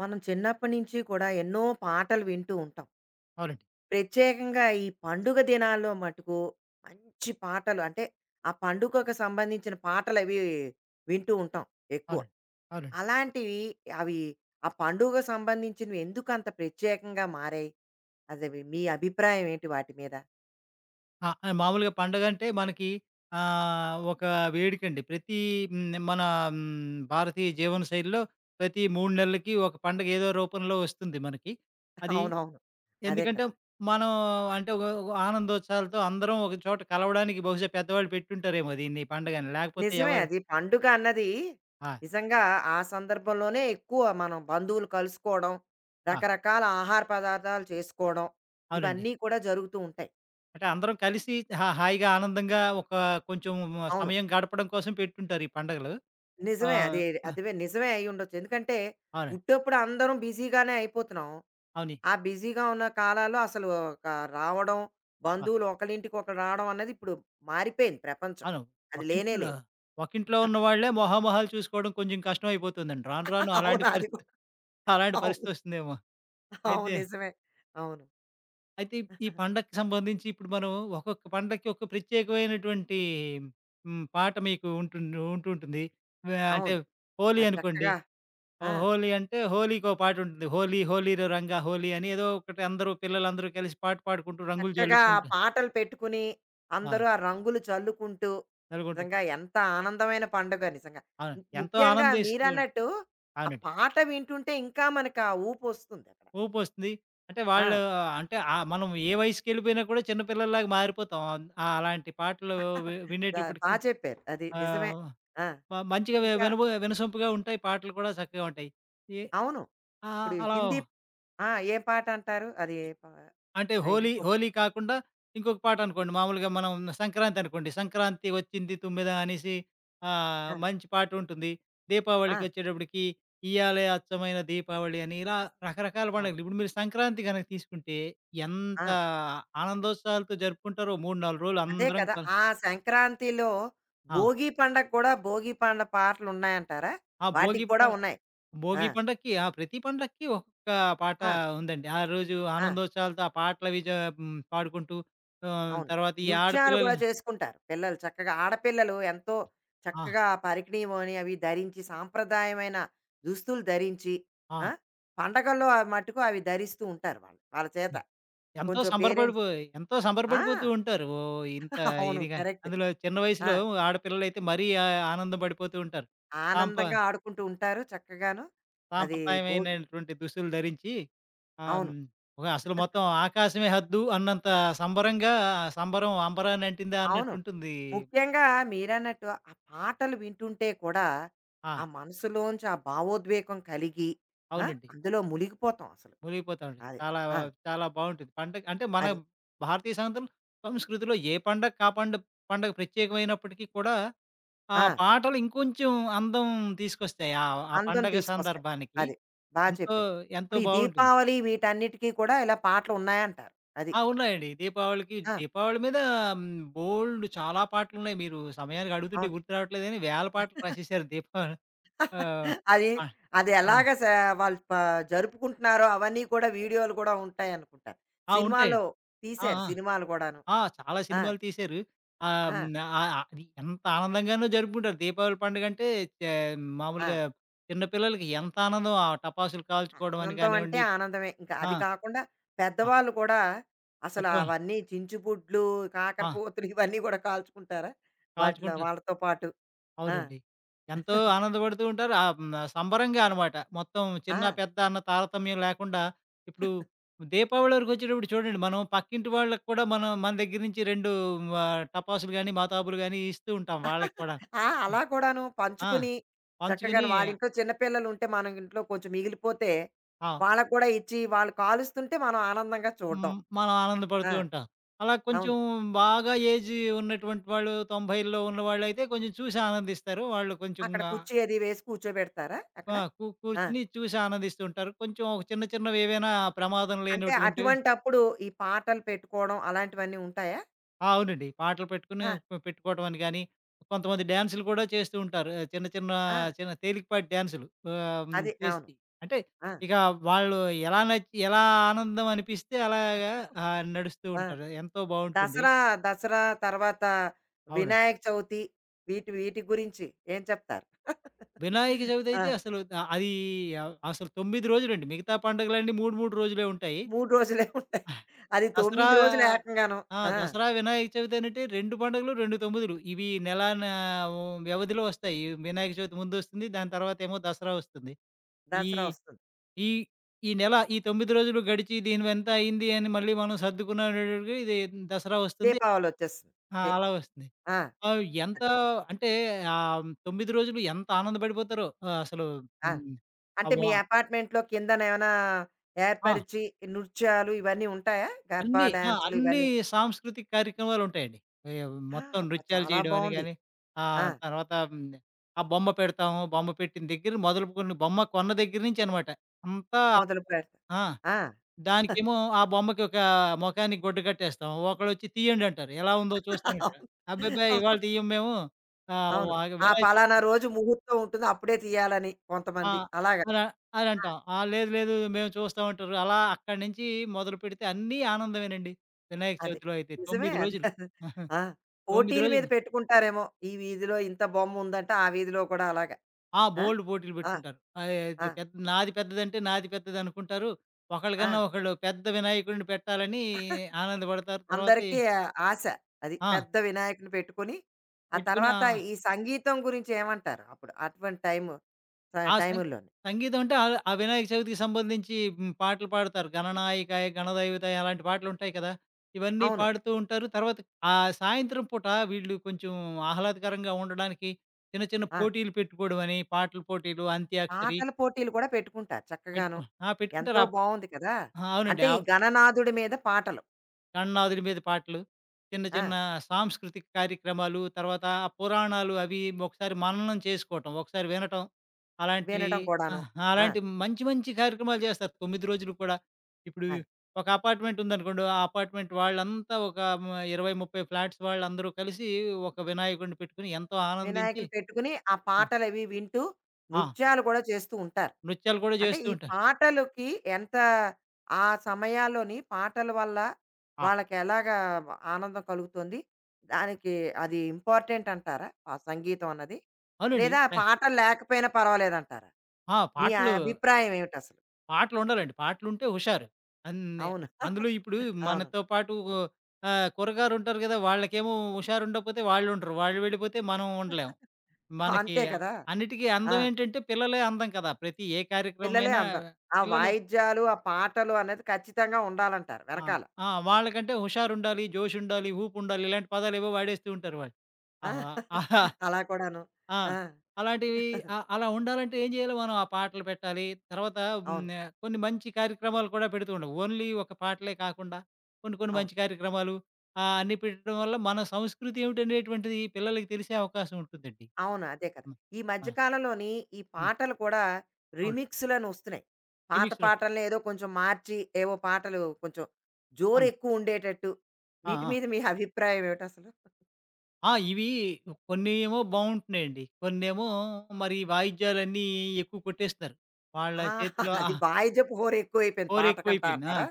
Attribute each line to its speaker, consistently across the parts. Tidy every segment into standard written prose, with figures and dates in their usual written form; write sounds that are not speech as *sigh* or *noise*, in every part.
Speaker 1: మనం చిన్నప్పటి నుంచి కూడా ఎన్నో పాటలు వింటూ ఉంటాం.
Speaker 2: అవునండి.
Speaker 1: ప్రత్యేకంగా ఈ పండుగ దినాల్లో మటుకు మంచి పాటలు అంటే, ఆ పండుగకు సంబంధించిన పాటలవి వింటూ ఉంటాం ఎక్కువ.
Speaker 2: అవునండి. అవునండి.
Speaker 1: అలాంటివి అవి ఆ పండుగకు సంబంధించినవి ఎందుకంత ప్రత్యేకంగా మారాయి? అసలు మీ అభిప్రాయం ఏంటి వాటి మీద?
Speaker 2: ఆ! మామూలుగా పండగంటే మనకి ఒక వేడుకండి. ప్రతి మన హ్మ్, భారతీయ జీవన శైలిలో ప్రతి 3 నెలలకి ఒక పండగ ఏదో రూపంలో వస్తుంది మనకి.
Speaker 1: *laughs*
Speaker 2: అది
Speaker 1: అవునవును. అదే
Speaker 2: ఎందుకంటే
Speaker 1: కదా!
Speaker 2: మనం అంటే ఒక ఒక ఆనందోత్సాహాలతో అందరం ఒక చోట కలవడానికి బహుశా పెద్దవాళ్ళు పెట్టుంటారేమో దీన్ని ఈ పండగని. లేకపోతే
Speaker 1: నిజమే
Speaker 2: ఎవరు?
Speaker 1: అది. పండుగ అన్నది
Speaker 2: ఆ!
Speaker 1: నిజంగా ఆ సందర్భంలోనే ఎక్కువ మనం బంధువులు కలుసుకోవడం,
Speaker 2: ఆ!
Speaker 1: రకరకాల ఆహార పదార్థాలు చేసుకోవడం,
Speaker 2: అవునండి.
Speaker 1: ఇవన్నీ కూడా జరుగుతూ ఉంటాయి.
Speaker 2: అంటే అందరం కలిసి హాయిగా ఆనందంగా ఒక కొంచెం
Speaker 1: అవును.
Speaker 2: సమయం గడపడం కోసం పెట్టుంటారు ఈ పండగలు.
Speaker 1: నిజమే.
Speaker 2: ఆహ్,
Speaker 1: అదే
Speaker 2: ఆ!
Speaker 1: అదివే నిజమే అయ్యి ఉండొచ్చు. ఎందుకంటే
Speaker 2: అవునండి.
Speaker 1: ఉట్టప్పుడు అందరం బిజీగానే అయిపోతున్నాం.
Speaker 2: అవును.
Speaker 1: ఆ బిజీగా ఉన్న కాలాల్లో అసలు ఒక రావడం,
Speaker 2: ఆ!
Speaker 1: బంధువులు ఒకరింటికి ఒకరు రావడం అన్నది ఇప్పుడు మారిపోయింది ప్రపంచం.
Speaker 2: అవును.
Speaker 1: అది లేనే
Speaker 2: ఒకింట్లో
Speaker 1: లేదు.
Speaker 2: ఒకింట్లో
Speaker 1: *laughs*
Speaker 2: ఉన్నవాళ్ళే మొహామొహాలు చూసుకోవడం కొంచెం కష్టమైపోతుందండి. రాను రాను అలాంటి
Speaker 1: అవును. అది కూడా
Speaker 2: పరిస్థితి అలాంటి
Speaker 1: అవును.
Speaker 2: పరిస్థితొస్తుందేమో!
Speaker 1: అవును.
Speaker 2: అయితే,
Speaker 1: నిజమే. అవును.
Speaker 2: అయితే ఈ పండక్కి సంబంధించి ఇప్పుడు మనం ఒక్కొక్క పండక్కి ఒక ప్రత్యేకమైనటువంటి పాట మీకు ఉంటుంటుంది. అంటే
Speaker 1: అవును. ఆ!
Speaker 2: హోలీ అనుకోండి.
Speaker 1: చక్కగా ఆ!
Speaker 2: హోలీ అంటే హోలీకో పాటుంటుంది. 'హోలీ హోలీరో రంగా హోలీ' అని ఏదో ఒకటి అందరూ పిల్లలందరూ కలిసి పాట పాడుకుంటూ రంగులు
Speaker 1: ఆ
Speaker 2: జల్లుకుంటూ
Speaker 1: పాటలు పెట్టుకుని,
Speaker 2: ఆ!
Speaker 1: అందరూ ఆ రంగులు చల్లుకుంటూ,
Speaker 2: జల్లుకుంటూ
Speaker 1: నిజంగా ఎంత ఆనందమైన పండుగ నిజంగా.
Speaker 2: అవును. ఎంతో
Speaker 1: ముఖ్యంగా
Speaker 2: ఆనందిస్తూ
Speaker 1: మీరన్నట్టు ఆ
Speaker 2: అవునండి.
Speaker 1: పాట వింటుంటే ఇంకా మనకు ఆ ఊపొస్తుంది అక్కడ.
Speaker 2: ఊపొస్తుంది. అంటే
Speaker 1: ఆ!
Speaker 2: వాళ్ళు అంటే మనం ఏ వయసుకెళ్ళిపోయినా కూడా చిన్న పిల్లల్లాగా మారిపోతాం. అలాంటి పాటలు
Speaker 1: ద బా
Speaker 2: వినేటప్పటికి
Speaker 1: చెప్పారు. అది నిజమే.
Speaker 2: ఆహ్,
Speaker 1: ఆ!
Speaker 2: మంచిగా వి
Speaker 1: ఇంకా
Speaker 2: వినబో వినసొంపుగా ఉంటాయి. పాటలు కూడా చక్కగా ఉంటాయి. ఎ
Speaker 1: అవును. ఇప్పుడు
Speaker 2: అలా
Speaker 1: హిందీ. ఆ! ఏ పాటంటారు? అది ఏ
Speaker 2: అంటే
Speaker 1: ఆ!
Speaker 2: హోలీ,
Speaker 1: ఇంకో.
Speaker 2: హోలీ కాకుండా ఇంకొక పాటనుకోండి. మామూలుగా మనం సంక్రాంతనుకోండి. సంక్రాంతి వచ్చింది తుమ్మెద అనేసి
Speaker 1: ఆ!
Speaker 2: మంచి పాటుంటుంది.
Speaker 1: ఆ!
Speaker 2: దీపావళికొచ్చేటప్పటికి ఇయ్యాలే అచ్చమైన దీపావళి అని ఇలా రకరకాల
Speaker 1: అవును.
Speaker 2: పండుగలు. ఇప్పుడు మీరు సంక్రాంతి గనక తీసుకుంటే
Speaker 1: ఆ!
Speaker 2: ఎంత ఆనందోత్సాహాలతో జరుపుకుంటారో 3, 4 రోజులు
Speaker 1: అదే
Speaker 2: అందరం
Speaker 1: కదా! ఆ సంక్రాంతిలో
Speaker 2: ఆ!
Speaker 1: భోగి పండగ కూడా, భోగి పండగ పాటలున్నాయంటారా?
Speaker 2: ఆ భోగి
Speaker 1: వాటికి
Speaker 2: ప
Speaker 1: కూడా ఉన్నాయి. ఆ!
Speaker 2: భోగి పండక్కి ఆ! ప్రతి పండక్కి ఒక్కొక్క పాట
Speaker 1: ఆ!
Speaker 2: ఉందండి. ఆ రోజు
Speaker 1: ఆ!
Speaker 2: ఆనందోత్సాహాలతో ఆ పాటలవి పాడుకుంటూ
Speaker 1: అవును.
Speaker 2: తర్వాత ఈ
Speaker 1: నృత్యాలు
Speaker 2: ఆడపిల్లలు
Speaker 1: కూడా చేసుకుంటారు పిల్లలు చక్కగా. ఆడపిల్లలు ఎంతో
Speaker 2: ఆ!
Speaker 1: చక్కగా పరికిణీవోని అవి ధరించి, సాంప్రదాయమైన దుస్తులు ధరించి,
Speaker 2: ఆ!
Speaker 1: ఆ! పండగల్లో మట్టుకు అవి ధరిస్తూ ఉంటారు వాళ్ళు. వాళ్ళ చేత
Speaker 2: ఎంతో
Speaker 1: కొంచెం పేరెంట్స్.
Speaker 2: సంబరపడిపో ఎంతో
Speaker 1: ఆ!
Speaker 2: సంబరపడిపోతూ ఉంటారు. ఓహ్! ఇంత
Speaker 1: *laughs* అవును.
Speaker 2: ఇదిగా
Speaker 1: కరెక్ట్.
Speaker 2: అందులో చిన్న
Speaker 1: ఆ!
Speaker 2: వయసులో ఆడపిల్లలైతే మరీ ఆ ఆనందం పడిపోతూ ఉంటారు. సాంప
Speaker 1: ఆనందంగా ఆడుకుంటూ ఉంటారు చక్కగాను. అది భోగి.
Speaker 2: సాంప్రదాయమైనటువంటి దుస్తులు ధరించి ఆహ్,
Speaker 1: అవును.
Speaker 2: హ్మ్, ఓహ్! అసలు మొత్తం ఆకాశమే హద్దు అన్నంత సంబరంగా సంబరం అంబరాన్ని అంటిందా
Speaker 1: అవును.
Speaker 2: అన్నట్టుంటుంది.
Speaker 1: ముఖ్యంగా మీరన్నట్టు ఆ పాటలు వింటుంటే కూడా
Speaker 2: ఆ!
Speaker 1: ఆ మనసులోంచి ఆ భావోద్వేగం కలిగి, ఆ,
Speaker 2: అవునండి.
Speaker 1: అందులో మునిగిపోతాం అసలు.
Speaker 2: మునిగిపోతామండి.
Speaker 1: అది
Speaker 2: చాలా
Speaker 1: ఆ,
Speaker 2: చాలా బావుంటుంది. పండగ అంటే మన
Speaker 1: అది
Speaker 2: భారతీయ సంస్కృతిలో ఏ పండగకి ఆ పండ పండగ ప్రత్యేకమైనప్పటికీ కూడా ఆ!
Speaker 1: ఆ,
Speaker 2: పాటలు ఇంకొంచెం అందం తీసుకొస్తాయి. ఆ ఆ
Speaker 1: అందం
Speaker 2: పండగ
Speaker 1: తీసుకొస్తాయి.
Speaker 2: సందర్భానికి.
Speaker 1: అది బాగా
Speaker 2: ఎంతో,
Speaker 1: చెప్పారు.
Speaker 2: ఎంతో
Speaker 1: ఇప్పుడు ఈ
Speaker 2: బావుంటుంది.
Speaker 1: దీపావళి వీటన్నిటికీ కూడా ఇలా పాటలు ఉన్నాయంటారు. అది
Speaker 2: ఆ! ఉన్నాయండి. దీపావళికి
Speaker 1: ఆ,
Speaker 2: దీపావళి మీద హ్మ్, చాలా పాటలున్నాయి. మీరు సమయానికి అడుగుతుంటే
Speaker 1: అవును.
Speaker 2: గుర్తు రావట్లేదు గానీ, వేల పాటలు రాసేసారు దీపావళి ఆహ్,
Speaker 1: *laughs* అది,
Speaker 2: ఆ!
Speaker 1: అది
Speaker 2: అవును.
Speaker 1: ఎలాగ వాళ్ళు జరుపుకుంటున్నారో అవన్నీ కూడా వీడియోలు కూడా ఉంటాయి అనుకుంటారు.
Speaker 2: ఆ!
Speaker 1: సినిమాలో
Speaker 2: ఉంటాయండి. ఆ!
Speaker 1: తీశారు,
Speaker 2: ఆ!
Speaker 1: సినిమాలు కూడాను.
Speaker 2: ఆ! చాలా
Speaker 1: ఆ,
Speaker 2: సినిమాలు తీశారు.
Speaker 1: ఆ,
Speaker 2: అది ఎంత ఆనందంగానో జరుపుకుంటారు. దీపావళి పండుగంటే చే
Speaker 1: ఆ.
Speaker 2: మామూలుగా చిన్న పిల్లలకి ఎంత ఆనందం. ఆ టపాసులు కాల్చుకోవడం అని
Speaker 1: ఆనందం అంటే
Speaker 2: కానివ్వండి.
Speaker 1: ఆనందమే. ఇంకా
Speaker 2: ఆ!
Speaker 1: అది కాకుండా
Speaker 2: ఆ!
Speaker 1: పెద్దవాళ్ళు కూడా అసలు
Speaker 2: పెద్దవాళ్ళు
Speaker 1: అవన్నీ చించుబుడ్లు,
Speaker 2: ఆ!
Speaker 1: కాకరపోతులు ఇవన్నీ కూడా కాల్చుకుంటారా? వాటిలో
Speaker 2: కాల్చుకుంటారు.
Speaker 1: వాళ్ళతో పాటు? ఆ!
Speaker 2: అవునండి. ఎంతో ఆనందపడుతూ ఉంటారు. ఆహ్, హ్మ్. సంబరంగా అనమాట. మొత్తం చిన్న,
Speaker 1: ఆ!
Speaker 2: పెద్ద అన్న తారతమ్యం లేకుండా ఇప్పుడు దీపావళి వరకొచ్చేటప్పుడు చూడండి మనం పక్కింటి వాళ్ళకి కూడా మనం మన దగ్గర నుంచి 2 టపాసులు గాని, మాతాబులు గాని ఇస్తూ ఉంటాం వాళ్ళకి కూడా.
Speaker 1: ఆ! అలా కూడాను
Speaker 2: ఆ!
Speaker 1: పంచుకుని, చక్కగాను
Speaker 2: పంచుకుని
Speaker 1: వాళ్ళ ఇంట్లో చిన్న పిల్లలుంటే, మన ఇంట్లో కొంచెం మిగిలిపోతే
Speaker 2: ఆ!
Speaker 1: వాళ్ళకి కూడా ఇచ్చి, వాళ్ళు కాలుస్తుంటే మనం ఆనందంగా చూడడం.
Speaker 2: హ్మ్. మనం
Speaker 1: ఆ!
Speaker 2: ఆనందపడుతూ ఉంటాం. అలా
Speaker 1: అవును.
Speaker 2: కొంచెం బాగా ఉన్నటువంటి వాళ్ళు 90ల్లో ఉన్నవాళ్ళైతే కొంచెం చూసి ఆనందిస్తారు. వాళ్ళు కొంచెం
Speaker 1: అక్కడ
Speaker 2: ఆ
Speaker 1: కుర్చీ అది వేసి కూర్చోబెడతారా అక్కడ?
Speaker 2: ఆ!
Speaker 1: ఆ!
Speaker 2: కూర్చొని చూసి ఆనందిస్తూ ఉంటారు. కొంచెం ఒక చిన్న చిన్నవి ఏవైనా ప్రమాదం
Speaker 1: అంటే
Speaker 2: లేనటువంటివి
Speaker 1: అటువంటప్పుడు ఈ పాటలు పెట్టుకోవడం అలాంటివన్నీ ఉంటాయా?
Speaker 2: ఆ! అవునండి. పాటలు పెట్టుకొని
Speaker 1: ఆ!
Speaker 2: పె పెట్టుకోవడం అని గాని, కొంతమంది డాన్సులు కూడా చేస్తూ ఉంటారు. చిన్న చిన్న
Speaker 1: ఆ!
Speaker 2: చిన్న తేలికపాటి డాన్సులు
Speaker 1: అది అవును.
Speaker 2: చేసి అంటే
Speaker 1: ఆ!
Speaker 2: ఇక వాళ్ళు ఎలా నచ్చి ఎలా ఆనందం అనిపిస్తే అలాగా నడుస్తూ
Speaker 1: ఆ!
Speaker 2: ఉంటారు. ఎంతో బావుంటుంది.
Speaker 1: దసరా, దసరా తర్వాత
Speaker 2: అవునండి.
Speaker 1: వినాయక చవితి, వీటి వీటి గురించి ఏం చెప్తారు?
Speaker 2: వినాయక చవితి అయితే
Speaker 1: ఆ!
Speaker 2: అసలు ఆ- అసలు 9 రోజులండి. మిగతా పండుగలన్నీ 3, 3 రోజులే ఉంటాయి.
Speaker 1: 3 రోజులే ఉంటాయి. అది
Speaker 2: దసరా
Speaker 1: 9 రోజులు ఏకంగాను.
Speaker 2: ఆ!
Speaker 1: ఆ!
Speaker 2: దసరా, వినాయక చవితి అనేటి 2 పండుగలు, 2 తొమ్మిదిలు. ఇవి నెలానా వ్యవధిలో వస్తాయి. వినాయక చవితి ముందొస్తుంది. దాని తర్వాతేమో దసరా వస్తుంది. ఈ
Speaker 1: దసరా వస్తుంది.
Speaker 2: ఈ ఈ నెల ఈ 9 రోజులు గడిచి దీని వెంత అయింది అని మళ్ళీ మనం సర్దుకునేటప్పటికి ఇది దసరా వస్తుంది.
Speaker 1: దీపావళి వచ్చేస్తుంది.
Speaker 2: ఆ!
Speaker 1: దే
Speaker 2: అలా వస్తుంది.
Speaker 1: ఆ!
Speaker 2: ఎంత
Speaker 1: అదే.
Speaker 2: అంటే 9 రోజులు ఎంత ఆనందపడిపోతారో. అసలు
Speaker 1: ఆ!
Speaker 2: హ్మ్.
Speaker 1: అంటే మీ
Speaker 2: ఆ!
Speaker 1: అపార్ట్మెంట్‌లో కిందనేమైనా
Speaker 2: వా-
Speaker 1: ఏర్పరిచి నృత్యాలు ఇవన్నీ ఉంటాయా? గర్బా
Speaker 2: అన్నీ ఆ!
Speaker 1: డాన్సులు
Speaker 2: అన్నీ
Speaker 1: ఇవన్నీ?
Speaker 2: సాంస్కృతిక కార్యక్రమాలుంటాయండి. ఏ
Speaker 1: ఆ!
Speaker 2: మొత్తం
Speaker 1: అబ్బా!
Speaker 2: నృత్యాలు
Speaker 1: చాలా
Speaker 2: చేయడం అని
Speaker 1: బావుంది.
Speaker 2: గాని,
Speaker 1: ఆ!
Speaker 2: తర్వాత ఆ బొమ్మ పెడతాము. బొమ్మ పెట్టిన దగ్గర మొదలుకొని బొమ్మ కొన్న దగ్గర నుంచి అనమాట. అంతా
Speaker 1: మొదలు పెడతా.
Speaker 2: ఆ!
Speaker 1: ఆ! *laughs*
Speaker 2: దానికేమో ఆ బొమ్మకి ఒక మొఖానికి గుడ్డ కట్టేస్తాం. ఒకళ్ళొచ్చి తీయండంటారు. ఎలా ఉందో చూస్తానిక్కడ.
Speaker 1: అవును.
Speaker 2: అబ్బబ్బే! ఇవాళ
Speaker 1: అవును.
Speaker 2: తీయం మేము. ఆహ్,
Speaker 1: అవును.
Speaker 2: వ
Speaker 1: ఆ
Speaker 2: వినాయక
Speaker 1: పలానా
Speaker 2: చవితి
Speaker 1: రోజు ముహూర్తం ఉంటుంది. అప్పుడే తీయాలని
Speaker 2: ఆ!
Speaker 1: కొంతమంది. అలాగా.
Speaker 2: అలా
Speaker 1: ఆ!
Speaker 2: అదంటాం. ఆ! లేదు లేదు మేము చూస్తామంటారు. అలా అక్కడి నుంచి మొదలుపెడితే అన్నీ ఆనందమేనండి. వినాయక
Speaker 1: అది.
Speaker 2: చవితిలో అయితే
Speaker 1: నిజమే
Speaker 2: 9
Speaker 1: అది.
Speaker 2: రోజులు.
Speaker 1: అది.
Speaker 2: *laughs*
Speaker 1: ఆ!
Speaker 2: 9
Speaker 1: పోటీల మీద
Speaker 2: రోజులు.
Speaker 1: పెట్టుకుంటారేమో. ఈ వీధిలో ఇంత బొమ్ముందంటే ఆ వీధిలో కూడా అలాగా.
Speaker 2: ఆ!
Speaker 1: ఆ!
Speaker 2: బోలెడు పోటీలు
Speaker 1: ఆ!
Speaker 2: పెట్టుకుంటారు. అది
Speaker 1: ఆ!
Speaker 2: అది పెద్ద నాది పెద్దదంటే నాది పెద్దదనుకుంటారు.
Speaker 1: ఆ!
Speaker 2: ఒకళ్ళకన్నా ఒకళ్ళు పెద్ద వినాయకుడిని పెట్టాలని
Speaker 1: *laughs*
Speaker 2: ఆనందపడతారు. తర్వాత ఈ
Speaker 1: అందరికీ ఆ ఆశ. అది.
Speaker 2: ఆ!
Speaker 1: పెద్ద వినాయకుడిని పెట్టుకొని, ఆ
Speaker 2: పెట్టుకుని ఆ
Speaker 1: తర్వాత ఈ సంగీతం గురించి ఏమంటారు? అప్పుడు అటువంటి
Speaker 2: ఆ సం
Speaker 1: టైముల్లోని.
Speaker 2: సంగీతం అంటే ఆ ఆ వినాయక చవితికి సంబంధించి పాటలు పాడుతారు. 'గణనాయకాయ గణదేవతాయ' అలాంటి పాటలుంటాయి కదా! ఇవన్నీ
Speaker 1: అవును.
Speaker 2: పాడుతూ ఉంటారు. తర్వాత ఆ సాయంత్రం పూట వీళ్ళు కొంచెం ఆహ్లాదకరంగా ఉండడానికి చిన్న చిన్న
Speaker 1: ఆ!
Speaker 2: పోటీలు పెట్టుకోవడమని, పాటల పోటీలు, అంత్యాక్షరి
Speaker 1: పాటల పోటీలు కూడా పెట్టుకుంటారు చక్కగాను.
Speaker 2: పెట్టుకు ఆ!
Speaker 1: ఎంతో
Speaker 2: పెట్టుకుంటారు.
Speaker 1: బావుంది కదా!
Speaker 2: అవునండి. ఆ! అవునండి.
Speaker 1: అంటే ఈ గణనాథుడి మీద పాటలు.
Speaker 2: గణనాథుడి మీద పాటలు. చిన్న
Speaker 1: ఆ!
Speaker 2: చిన్న సాంస్కృతిక కార్యక్రమాలు, తర్వాత ఆ పురాణాలు అవి ఒకసారి మననం చేసుకోవటం, ఒకసారి వినటం. అలాంటివి
Speaker 1: వినడం
Speaker 2: ఆ!
Speaker 1: కూడాను. ఆ!
Speaker 2: అలాంటి మంచి మంచి కార్యక్రమాలు చేస్తారు 9 రోజులు కూడా. ఇప్పుడు
Speaker 1: అది.
Speaker 2: ఒక అపార్ట్‌మెంట్ ఉందనుకోండి. ఆ అపార్ట్‌మెంట్ వాళ్ళంతా ఒక మ 20, 30 ఫ్లాట్స్ వాళ్ళందరూ కలిసి ఒక వినాయకుడిని పెట్టుకొని ఎంతో ఆనందించి
Speaker 1: వినాయకుడిని పెట్టుకుని, ఆ పాటలవి వింటూ,
Speaker 2: ఆ!
Speaker 1: నృత్యాలు కూడా చేస్తూ ఉంటారు.
Speaker 2: నృత్యాలు కూడా
Speaker 1: అంటే
Speaker 2: చేస్తూ
Speaker 1: ఈ
Speaker 2: ఉంటారు.
Speaker 1: పాటలకి ఎంత ఆ సమయాల్లోని పాటల వల్ల
Speaker 2: ఆ!
Speaker 1: వాళ్ళకెలాగా ఆనందం కలుగుతుంది? దానికి అది ఇంపార్టెంట్ అంటారా? ఆ సంగీతం అన్నది?
Speaker 2: అవునండి.
Speaker 1: లేదా పాటలు లేకపోయినా పర్వాలేదంటారా?
Speaker 2: ఆ!
Speaker 1: మీ
Speaker 2: పాటలు
Speaker 1: అభిప్రాయం ఏమిటసలు?
Speaker 2: పాటలుండాలండి. పాటలుంటే హుషారు. అన్ని
Speaker 1: అవును.
Speaker 2: అందులో ఇప్పుడు
Speaker 1: *laughs* అవును.
Speaker 2: మనతో పాటు కుర్రగారుంటారు గదా! వాళ్ళకేమో హుషారుండకపోతే వాళ్ళుండరు. వాళ్ళు ఉంటారు, వాళ్ళు వెళ్ళిపోతే మనం ఉండలేం.
Speaker 1: *laughs*
Speaker 2: మనకి
Speaker 1: అంతే కదా!
Speaker 2: అన్నిటికీ
Speaker 1: ఆ!
Speaker 2: అందం ఏంటంటే పిల్లలే అందం కదా! ప్రతి ఏ
Speaker 1: పిల్లలే
Speaker 2: కార్యక్రమమైనా
Speaker 1: అందం. ఆ
Speaker 2: పిల్లలు
Speaker 1: వాయిద్యాలు, ఆ పాటలు అనేది ఖచ్చితంగా ఉండాలంటారు
Speaker 2: ఆ!
Speaker 1: వెనకాల.
Speaker 2: ఆ! వాళ్ళకంటే హుషారుండాలి, జోషుండాలి, ఊపుండాలి ఇలాంటి పదాలేవో వాడేస్తూ ఉంటారు వాళ్ళు.
Speaker 1: ఆ!
Speaker 2: అవ
Speaker 1: అలా కూడాను.
Speaker 2: ఆ!
Speaker 1: ఆ!
Speaker 2: అలాంటివి అలా ఉండాలంటే ఏం చేయాలి మనం ఆ పాటలు పెట్టాలి. తర్వాత
Speaker 1: అవును.
Speaker 2: కొన్ని మంచి కార్యక్రమాలు కూడా పెడుతూ ఉండం. ఓన్లీ ఒక పాటలే కాకుండా కొన్ని కొన్ని
Speaker 1: అవును.
Speaker 2: మంచి కార్యక్రమాలు అన్నీ పెట్టడం వల్ల మన సంస్కృతి ఏమిటనేటువంటిది పిల్లలకి తెలిసే అవకాశం ఉంటుందండి.
Speaker 1: అవును. అదే కదా!
Speaker 2: హ్మ్.
Speaker 1: ఈ
Speaker 2: ఆ!
Speaker 1: మధ్య కాలంలోని ఈ
Speaker 2: హ్మ్.
Speaker 1: పాటలు కూడా
Speaker 2: అవును.
Speaker 1: రీమిక్స్‌లని వస్తున్నాయి. పాత
Speaker 2: రీమిక్స్‌లు
Speaker 1: పాటల్ని ఏదో కొంచెం మార్చి, ఏవో పాటలు కొంచెం
Speaker 2: అవును.
Speaker 1: జోరెక్కువ ఉండేటట్టు.
Speaker 2: ఆ!
Speaker 1: వీటి
Speaker 2: ఆ!
Speaker 1: మీద మీ అభిప్రాయం ఏమిటసలు?
Speaker 2: ఆ! ఇవి కొన్ని ఏమో బావుంటున్నాయండి. కొన్నేమో మరి వాయిద్యాలన్నీ ఎక్కువ కొట్టేస్తున్నారు. వాళ్ళ
Speaker 1: ఆ!
Speaker 2: చేతిలో
Speaker 1: అది వాయిద్యపు హోరెక్కువైపోయింది
Speaker 2: స్కోర్
Speaker 1: పాట కంటా
Speaker 2: ఎక్కువైపోయింది. ఆ!
Speaker 1: అంటారా?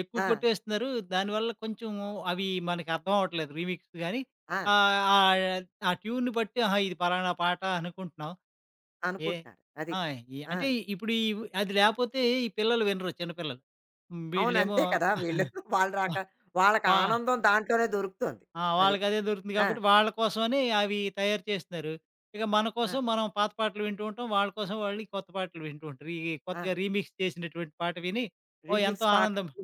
Speaker 2: ఎక్కువ
Speaker 1: ఆ!
Speaker 2: కొట్టేస్తున్నారు. దానివల్ల కొంచెం అవి మనకి అర్థం అవ్వట్లేదు రీమిక్స్ గాని.
Speaker 1: ఆ!
Speaker 2: ఆహ్, ఆహ్, ఆ ట్యూన్‌ని బట్టి ఆహా! ఇది పలానా పాట అనుకుంటున్నాం. ఏ
Speaker 1: అనుకుంటున్నారు. అది.
Speaker 2: ఆ! ఈ
Speaker 1: ఆ!
Speaker 2: అంటే ఇప్పుడు ఈ అది లేపోతే ఈ పిల్లలు వినరు చిన్న పిల్లలు.
Speaker 1: అవును.
Speaker 2: వీళ్ళేమో
Speaker 1: అంతే కదా! వీళ్ళు, వాళ్ళు
Speaker 2: వ
Speaker 1: రాక వాళ్ళకి
Speaker 2: వా
Speaker 1: ఆనందం దాంట్లోనే దొరుకుతుంది.
Speaker 2: ఆ!
Speaker 1: అది.
Speaker 2: వాళ్ళకి అదే దొరుకుతుంది
Speaker 1: ఆ!
Speaker 2: కాబట్టి వాళ్ళ కోసమని అవి తయారు చేస్తున్నారు. ఇక మన
Speaker 1: ఆ!
Speaker 2: కోసం మనం పాత పాటలు వింటూ ఉంటాం. వాళ్ళ కోసం వాళ్ళు ఈ కొత్త పాటలు వింటూ ఉంటారు. ఈ
Speaker 1: ఆ!
Speaker 2: కొత్తగా రీమిక్స్ చేసినటువంటి పాట విని ఓ
Speaker 1: రీమిక్స్
Speaker 2: ఎంతో ఆనందం
Speaker 1: పాటలు.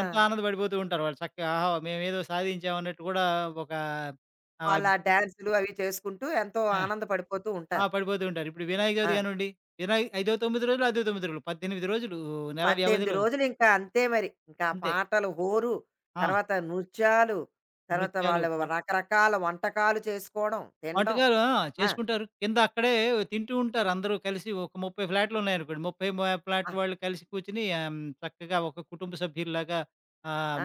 Speaker 1: ఆ!
Speaker 2: ఎంతో ఆనందపడిపోతూ ఉంటారు వాళ్ళు. చక్కగా ఆహా! మేమేదో సాధించాం అన్నట్టు కూడా ఒక ఆహ్,
Speaker 1: వాళ్ళా
Speaker 2: అబ్
Speaker 1: డాన్సులు అవి చేసుకుంటూ ఎంతో
Speaker 2: ఆ!
Speaker 1: ఆనందపడిపోతూ
Speaker 2: ఆ!
Speaker 1: ఉంటారు.
Speaker 2: పడిపోతూ ఉంటారు. ఇప్పుడు వినాయక
Speaker 1: ఆ!
Speaker 2: చవితి కానివ్వండి, వినాయ ఐదో 9 రోజులు, అదో 9 రోజులు 18 రోజులు నెల
Speaker 1: 18
Speaker 2: వ్యవధిలో
Speaker 1: రోజులు ఇంకా అంతే మరి. ఇంకా
Speaker 2: అంతే.
Speaker 1: పాటలు హోరు,
Speaker 2: ఆ!
Speaker 1: తర్వాత నృత్యాలు, తర్వాత వాళ్ళ
Speaker 2: నృత్యాలు,
Speaker 1: రకరకాల వంటకాలు చేసుకోవడం, తినడం.
Speaker 2: పాటగాలు ఆ!
Speaker 1: ఆ!
Speaker 2: చేసుకుంటారు. కింద అక్కడే తింటూ ఉంటారు అందరూ కలిసి ఒక 30 ఫ్లాట్లు ఉన్నాయనుకోండి. 30
Speaker 1: ఆ!
Speaker 2: ఫ్లాట్ల వాళ్ళు కలిసి కూర్చొని చక్కగా ఒక కుటుంబ సభ్యుల్లాగా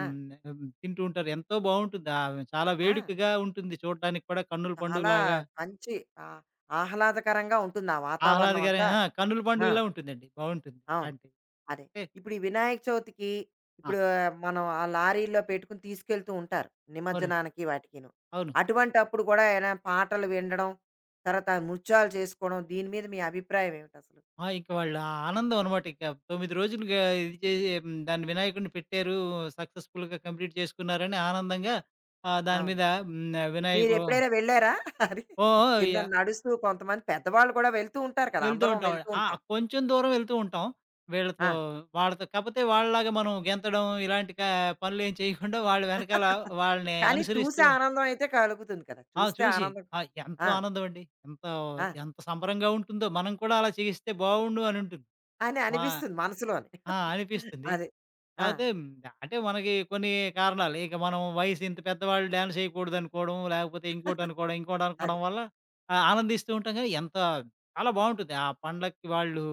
Speaker 1: ఆ!
Speaker 2: తింటూ ఉంటారు. ఎంతో బావుంటుంది. చాలా
Speaker 1: ఆ!
Speaker 2: వేడుకగా ఉంటుంది చూడడానికి కూడా కన్నుల
Speaker 1: చాలా
Speaker 2: పండుగలాగా
Speaker 1: మంచి ఆహ్, ఆహ్లాదకరంగా ఉంటుంది ఆ వాతావరణం
Speaker 2: ఆహ్లాదకరం
Speaker 1: అంతా.
Speaker 2: ఆ! 'కన్నుల
Speaker 1: ఆ!
Speaker 2: పండుగ'లా ఉంటుందండి. బావుంటుంది.
Speaker 1: అవును.
Speaker 2: అంటే
Speaker 1: అదే.
Speaker 2: అంటే
Speaker 1: ఇప్పుడు ఈ వినాయక చవితికి
Speaker 2: ఆ!
Speaker 1: ఇప్పుడు ఆ, మనం ఆ లారీలో పెట్టుకుని తీసుకెళ్తూ ఉంటారు.
Speaker 2: అవునండి.
Speaker 1: నిమజ్జనానికి వాటికిను.
Speaker 2: అవును.
Speaker 1: అటువంటప్పుడు గూడా ఏమైనా పాటలు వినడం, తర్వాత నృత్యాలు చేసుకోవడం, దీని మీద మీ అభిప్రాయం ఏమిటసలు?
Speaker 2: ఆ! ఇంక వాళ్ళ ఆనందం అనమాట. ఇక 9 రోజులుగా ఇది దాన్ని వినాయకుడిని పెట్టారు. సక్సెస్‌ఫుల్‌గా కంప్లీట్ చేసుకున్నారని ఆనందంగా దాని
Speaker 1: అవును.
Speaker 2: మీద వినాయకుడు
Speaker 1: మీరెప్పుడైనా వెళ్లారా? *laughs* అది
Speaker 2: ఓ ఓ
Speaker 1: కింద
Speaker 2: య
Speaker 1: నడుస్తూ కొంతమంది పెద్దవాళ్ళు కూడా వెళ్తూ ఉంటారు కదా!
Speaker 2: వెళ్తూ
Speaker 1: అందరం
Speaker 2: ఉంటాం.
Speaker 1: వెళ్తూ
Speaker 2: ఆ!
Speaker 1: ఉంటాం.
Speaker 2: కొంచెం దూరం వెళ్తూ ఉంటాం.
Speaker 1: ఆ!
Speaker 2: వీళ్ళతో వాళ్ళతో కాపోతే వాళ్ళలాగా మనం గెంతడం ఇలాంటి పనులేం చేయకుండా వాళ్ళ వెనకాల
Speaker 1: *laughs*
Speaker 2: వాళ్ళని
Speaker 1: కానీ చూసే
Speaker 2: అనుసరిస్తూ
Speaker 1: ఆనందం అయితే కలుగుతుంది కదా!
Speaker 2: ఆ!
Speaker 1: చూస్తే
Speaker 2: చూసి
Speaker 1: ఆనందం.
Speaker 2: ఆ! ఎంతో
Speaker 1: ఆ!
Speaker 2: ఆనందమండి.
Speaker 1: ఆ!
Speaker 2: ఎంత ఎంత సంబరంగా ఉంటుందో మనం కూడా అలా చేస్తే బావుండు అనుంటుంది.
Speaker 1: అని
Speaker 2: మా
Speaker 1: అనిపిస్తుంది మనసులోని.
Speaker 2: ఆ!
Speaker 1: *laughs*
Speaker 2: అనిపిస్తుంది.
Speaker 1: అదే. ఆ!
Speaker 2: కాపోతే అంటే మనకి కొన్ని కారణాలు ఇక మనం వయసు ఇంత పెద్దవాళ్ళు డాన్స్ ఎయకూడదనుకోవడం, లేకపోతే ఇంకోటనుకోవడం,
Speaker 1: అదే.
Speaker 2: ఇంకోటనుకోవడం వల్ల ఆనందిస్తూ ఉంటాం కానీ ఎంత చాలా బావుంటుంది. ఆ పండక్కి వాళ్ళు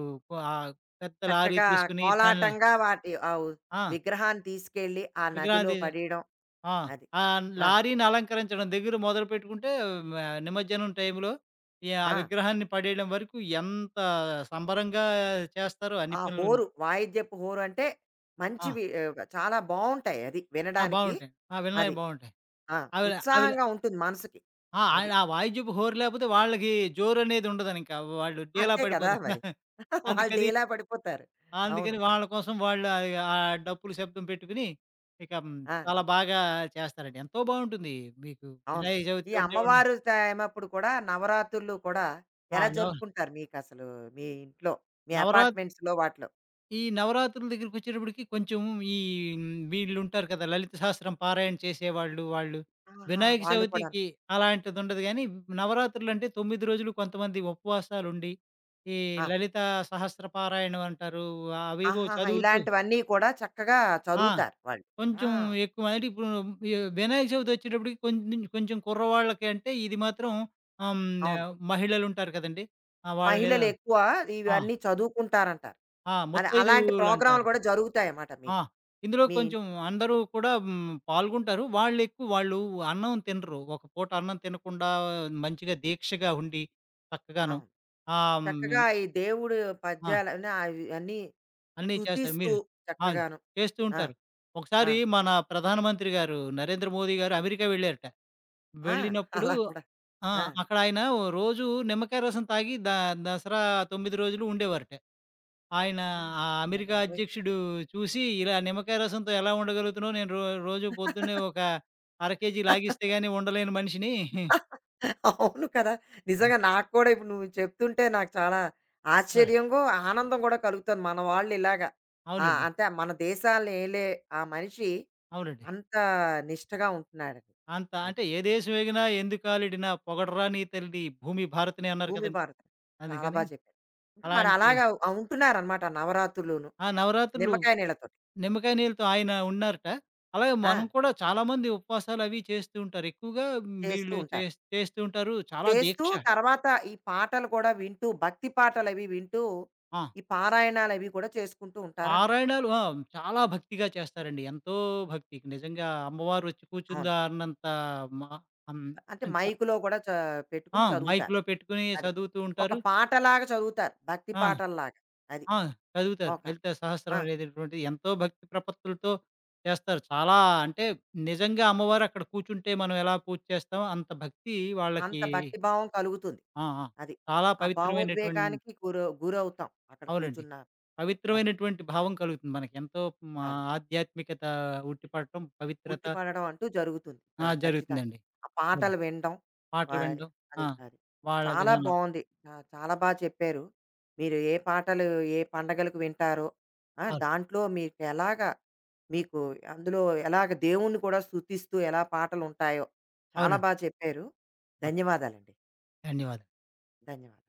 Speaker 2: ఆహ్, పెద్ద లారీ
Speaker 1: చక్కగా
Speaker 2: తీసుకొని దానిలో
Speaker 1: కోలాటంగా వాటి ఆ
Speaker 2: ఆ!
Speaker 1: విగ్రహాన్ని తీసుకెళ్ళి ఆ నదిలో
Speaker 2: విగ్రహాన్ని
Speaker 1: పడేయడం.
Speaker 2: ఆ!
Speaker 1: అది
Speaker 2: ఆ
Speaker 1: ఆ,
Speaker 2: లారీని అలంకరించడం దగ్గర మొదలుపెట్టుకుంటే మ నిమజ్జనం టైంలో ఆ
Speaker 1: ఆ,
Speaker 2: విగ్రహాన్ని పడేయడం వరకు ఎంత సంబరంగా చేస్తారో అన్ని
Speaker 1: ఆ
Speaker 2: పనులును.
Speaker 1: హోరు, వాయిద్యపు హోరు అంటే
Speaker 2: ఆ!
Speaker 1: మంచివి ఆ, చాలా బాగుంటాయి అది
Speaker 2: ఆ!
Speaker 1: వినడానికి.
Speaker 2: బావుంటాయి. ఆ! వినలేం
Speaker 1: అది
Speaker 2: బావుంటాయి.
Speaker 1: ఆ,
Speaker 2: అవిల అవిల
Speaker 1: ఉత్సాహంగా ఉంటుంది మనసుకి.
Speaker 2: ఆ!
Speaker 1: అది
Speaker 2: ఆయన ఆ వాయిద్యపు హోరు లేకపోతే వాళ్ళకి జోరనేది ఉండదనింక. వాళ్ళు డీలా
Speaker 1: అంతే కదా
Speaker 2: పడిపోతారు.
Speaker 1: మరి.
Speaker 2: *laughs*
Speaker 1: *laughs* వాళ్ళు
Speaker 2: అందుకని
Speaker 1: డేలా పడిపోతారు. అవును.
Speaker 2: అందుకని వాళ్ళ కోసం వాళ్ళు ఆ డప్పులు శబ్దం పెట్టుకొని ఇక
Speaker 1: ఆ,
Speaker 2: చాలా బాగా చేస్తారండి. ఎంతో బావుంటుంది. మీకు
Speaker 1: అవును.
Speaker 2: వినాయక చవితి
Speaker 1: ఈ
Speaker 2: చూడనివ్వండి.
Speaker 1: అమ్మవారు టైమప్పుడు కూడా నవరాత్రులు కూడా
Speaker 2: ఆ!
Speaker 1: ఎలా జరుపుకుంటారు మీకు అసలు, మీ ఇంట్లో, మీ
Speaker 2: నవరా
Speaker 1: అపార్ట్మెంట్స్ లో వాటిలో?
Speaker 2: ఈ నవరాత్రుల దగ్గరికొచ్చేటప్పటికి కొంచెం ఈ హ్మ్, వీళ్ళుంటారు కదా! లలిత సహస్రం పారాయణ చేసేవాళ్ళు, వాళ్ళు.
Speaker 1: ఆహా,
Speaker 2: వినాయక
Speaker 1: వాళ్ళు కూడా.
Speaker 2: చవితికి అలాంటిదుండదు గానీ, నవరాత్రులంటే 9 రోజులు కొంతమంది ఉపవాసాలుండి, ఈ లలితా సహస్ర పారాయణం అంటారు. అవేవో
Speaker 1: ఆహాహా!
Speaker 2: చదువుతూ
Speaker 1: ఇలాంటివన్నీ కూడా చక్కగా
Speaker 2: ఆ!
Speaker 1: చదువుతారు వాళ్ళు. ఆ!
Speaker 2: కొంచెం ఎక్కువ అంటే ఇప్పుడు వి వినాయక చవితొచ్చేటప్పటికి కొంచెం, కొంచెం కుర్రవాళ్ళకి అంటే ఇది మాత్రం ఆహ్, హ్మ్,
Speaker 1: అవును.
Speaker 2: మహిళలుంటారు కదండీ! ఆ! వాళ్ళనేదో
Speaker 1: మహిళలెక్కువ
Speaker 2: ఆ!
Speaker 1: ఇవన్నీ చదువుకుంటారంటారు.
Speaker 2: ఆ!
Speaker 1: అని అలాంటి ప్రోగ్రామ్‌లు
Speaker 2: ముత్తైదువులంటారు.
Speaker 1: కూడా జరుగుతాయన్నమాట
Speaker 2: ఆ!
Speaker 1: మీకు.
Speaker 2: ఇందులో
Speaker 1: మీ ఇంట్
Speaker 2: కొంచెం అందరూ కూడా పాల్గొంటారు. వాళ్ళెక్కువ వాళ్ళు అన్నం తినరు. ఒక పూట అన్నం తినకుండా మంచిగా దీక్షగా ఉండి చక్కగాను
Speaker 1: అవును.
Speaker 2: ఆహ్,
Speaker 1: చక్కగా
Speaker 2: హ్మ్,
Speaker 1: ఈ దేవుడు
Speaker 2: ఆ!
Speaker 1: పద్యాలన్నీ అవి అన్నీ
Speaker 2: అన్నీ చేస్తారు.
Speaker 1: స్తుతిస్తూ
Speaker 2: మీరు ఆ!
Speaker 1: చక్కగాను.
Speaker 2: చేస్తూ
Speaker 1: ఆ!
Speaker 2: ఉంటారు.
Speaker 1: ఆ!
Speaker 2: ఒకసారి మన ప్రధానమంత్రి గారు 'నరేంద్ర మోదీ' గారు అమెరికా వెళ్ళారట.
Speaker 1: ఆ!
Speaker 2: వెళ్ళినప్పుడు
Speaker 1: అలా కూడా.
Speaker 2: ఆ!
Speaker 1: ఆ!
Speaker 2: అక్కడ ఆయన రోజు నిమ్మకాయ రసం తాగి దసరా 9 రోజులు ఉండేవారట. ఆయన
Speaker 1: ఆ!
Speaker 2: ఆ
Speaker 1: అమ్మ
Speaker 2: అమెరికా
Speaker 1: బాబోయ్!
Speaker 2: అధ్యక్షుడు చూసి, ఇలా నిమ్మకాయ రసంతో ఎలా ఉండగలుగుతున్నావు? నేను రోజు పొద్దున్నే ఒక
Speaker 1: *laughs*
Speaker 2: అర కేజీ లాగిస్తే గాని ఉండలేని మనిషిని
Speaker 1: అవును కదా! నిజంగా నాకు కూడా ఇప్పుడు నువ్వు చెప్తుంటే నాకు చాలా
Speaker 2: ఆ!
Speaker 1: ఆశ్చర్యంగు, ఆనందం గూడా కలుగుతుంది. మన వాళ్ళు ఇలాగా. ఆ!
Speaker 2: అవునండి.
Speaker 1: అంటే మన దేశాల్ని ఏలే ఆ మనిషి
Speaker 2: అవునండి.
Speaker 1: అంత నిష్టగా ఉంటున్నాడని.
Speaker 2: అంత
Speaker 1: అది. అది
Speaker 2: అంటే ఏ దేశం ఏగినా ఎందుకాలిడినా పొగడరా నీ తల్లి భూమి భారతిని అన్నారు
Speaker 1: భూమి
Speaker 2: కదండీ!
Speaker 1: భారత చాలా బా
Speaker 2: అందుకని
Speaker 1: చెప్పారు. అంటే మరి
Speaker 2: అలాంటి
Speaker 1: అలాగా ఉంటున్నారనమాట నవరాత్రులును.
Speaker 2: ఆ! నవరాత్రులు
Speaker 1: నిమ్మకాయ నీళ్ళతోటి.
Speaker 2: నిమ్మకాయ నీళ్ళతో ఆయన ఉన్నారట. అలాగే
Speaker 1: ఆ!
Speaker 2: మనం కూడా చాలామంది ఉపవాసాలవి చేస్తూ ఉంటారు. ఎక్కువగా
Speaker 1: చేస్తూ
Speaker 2: వీళ్ళు
Speaker 1: ఉంటారు.
Speaker 2: చేస్తూ ఉంటారు. చాలా
Speaker 1: చేస్తూ
Speaker 2: దీక్ష.
Speaker 1: తర్వాత ఈ పాటలు కూడా వింటూ, భక్తి పాటలవి వింటూ,
Speaker 2: ఆ!
Speaker 1: ఈ పారాయణాలవి కూడా చేసుకుంటూ ఉంటారంటారు.
Speaker 2: పారాయణాలు ఆ! చాలా భక్తిగా చేస్తారండి. ఎంతో భక్తి. నిజంగా అమ్మవారొచ్చి
Speaker 1: అవును.
Speaker 2: కూర్చుందా అన్నంత మా అం
Speaker 1: అంటే
Speaker 2: అంత
Speaker 1: మైక్‌లో గూడా పెట్టుకొని
Speaker 2: ఆ!
Speaker 1: చదువుతారు.
Speaker 2: మైక్‌లో పెట్టుకొని
Speaker 1: అది.
Speaker 2: చదువుతూ
Speaker 1: ఒక
Speaker 2: ఉంటారు.
Speaker 1: పాటలాగా చదువుతారు. భక్తి
Speaker 2: ఆ!
Speaker 1: పాటల్లాగా. అది.
Speaker 2: ఆ! చదువుతారు.
Speaker 1: ఒక.
Speaker 2: లలిత సహస్రం
Speaker 1: ఆ!
Speaker 2: అనేటటువంటిది ఎంతో భక్తి ప్రపత్తులతో చేస్తారు. చాలా అంటే నిజంగా అమ్మవారు అక్కడ కూర్చుంటే మనం ఎలా పూజ చేస్తామో అంత భక్తి
Speaker 1: అంత
Speaker 2: వాళ్ళకి
Speaker 1: భక్తి భావం కలుగుతుంది.
Speaker 2: ఆ! ఆ!
Speaker 1: అది.
Speaker 2: చాలా
Speaker 1: ఆ
Speaker 2: పవిత్రమైనటువంటి
Speaker 1: భావోద్వేగానికి గురవుతాం. అక్కడ
Speaker 2: అవునండి.
Speaker 1: కూర్చున్న. అది.
Speaker 2: పవిత్రమైనటువంటి భావం కలుగుతుంది మనకి. ఎంతో మా
Speaker 1: అదే.
Speaker 2: ఆధ్యాత్మికత ఉట్టిపడటం, పవిత్రత
Speaker 1: ఉట్టి పడడం అంటూ జరుగుతుంది.
Speaker 2: ఆ!
Speaker 1: ఖచ్చితంగా.
Speaker 2: జరుగుతుందండి.
Speaker 1: ఆ
Speaker 2: అవును.
Speaker 1: పాటలు వినడం.
Speaker 2: పాటలు
Speaker 1: ఆహ్,
Speaker 2: వినడం.
Speaker 1: అది.
Speaker 2: ఆ!
Speaker 1: అది.
Speaker 2: వాళ్ళ
Speaker 1: చాలా
Speaker 2: విధానం.
Speaker 1: బావుంది. ఆ! చాలా బా చెప్పారు. మీరు ఏ పాటలు, ఏ పండగలకు వింటారో, ఆ!
Speaker 2: అవును.
Speaker 1: దాంట్లో మీకెలాగా, మీకు అందులో ఎలాగ దేవుణ్ణి కూడా స్తుతిస్తూ ఎలా పాటలుంటాయో, చాలా
Speaker 2: అవునండి.
Speaker 1: బాగా చెప్పారు.
Speaker 2: అవును.
Speaker 1: ధన్యవాదాలండి.
Speaker 2: ధన్యవాదాలు.
Speaker 1: ధన్యవాదాలు.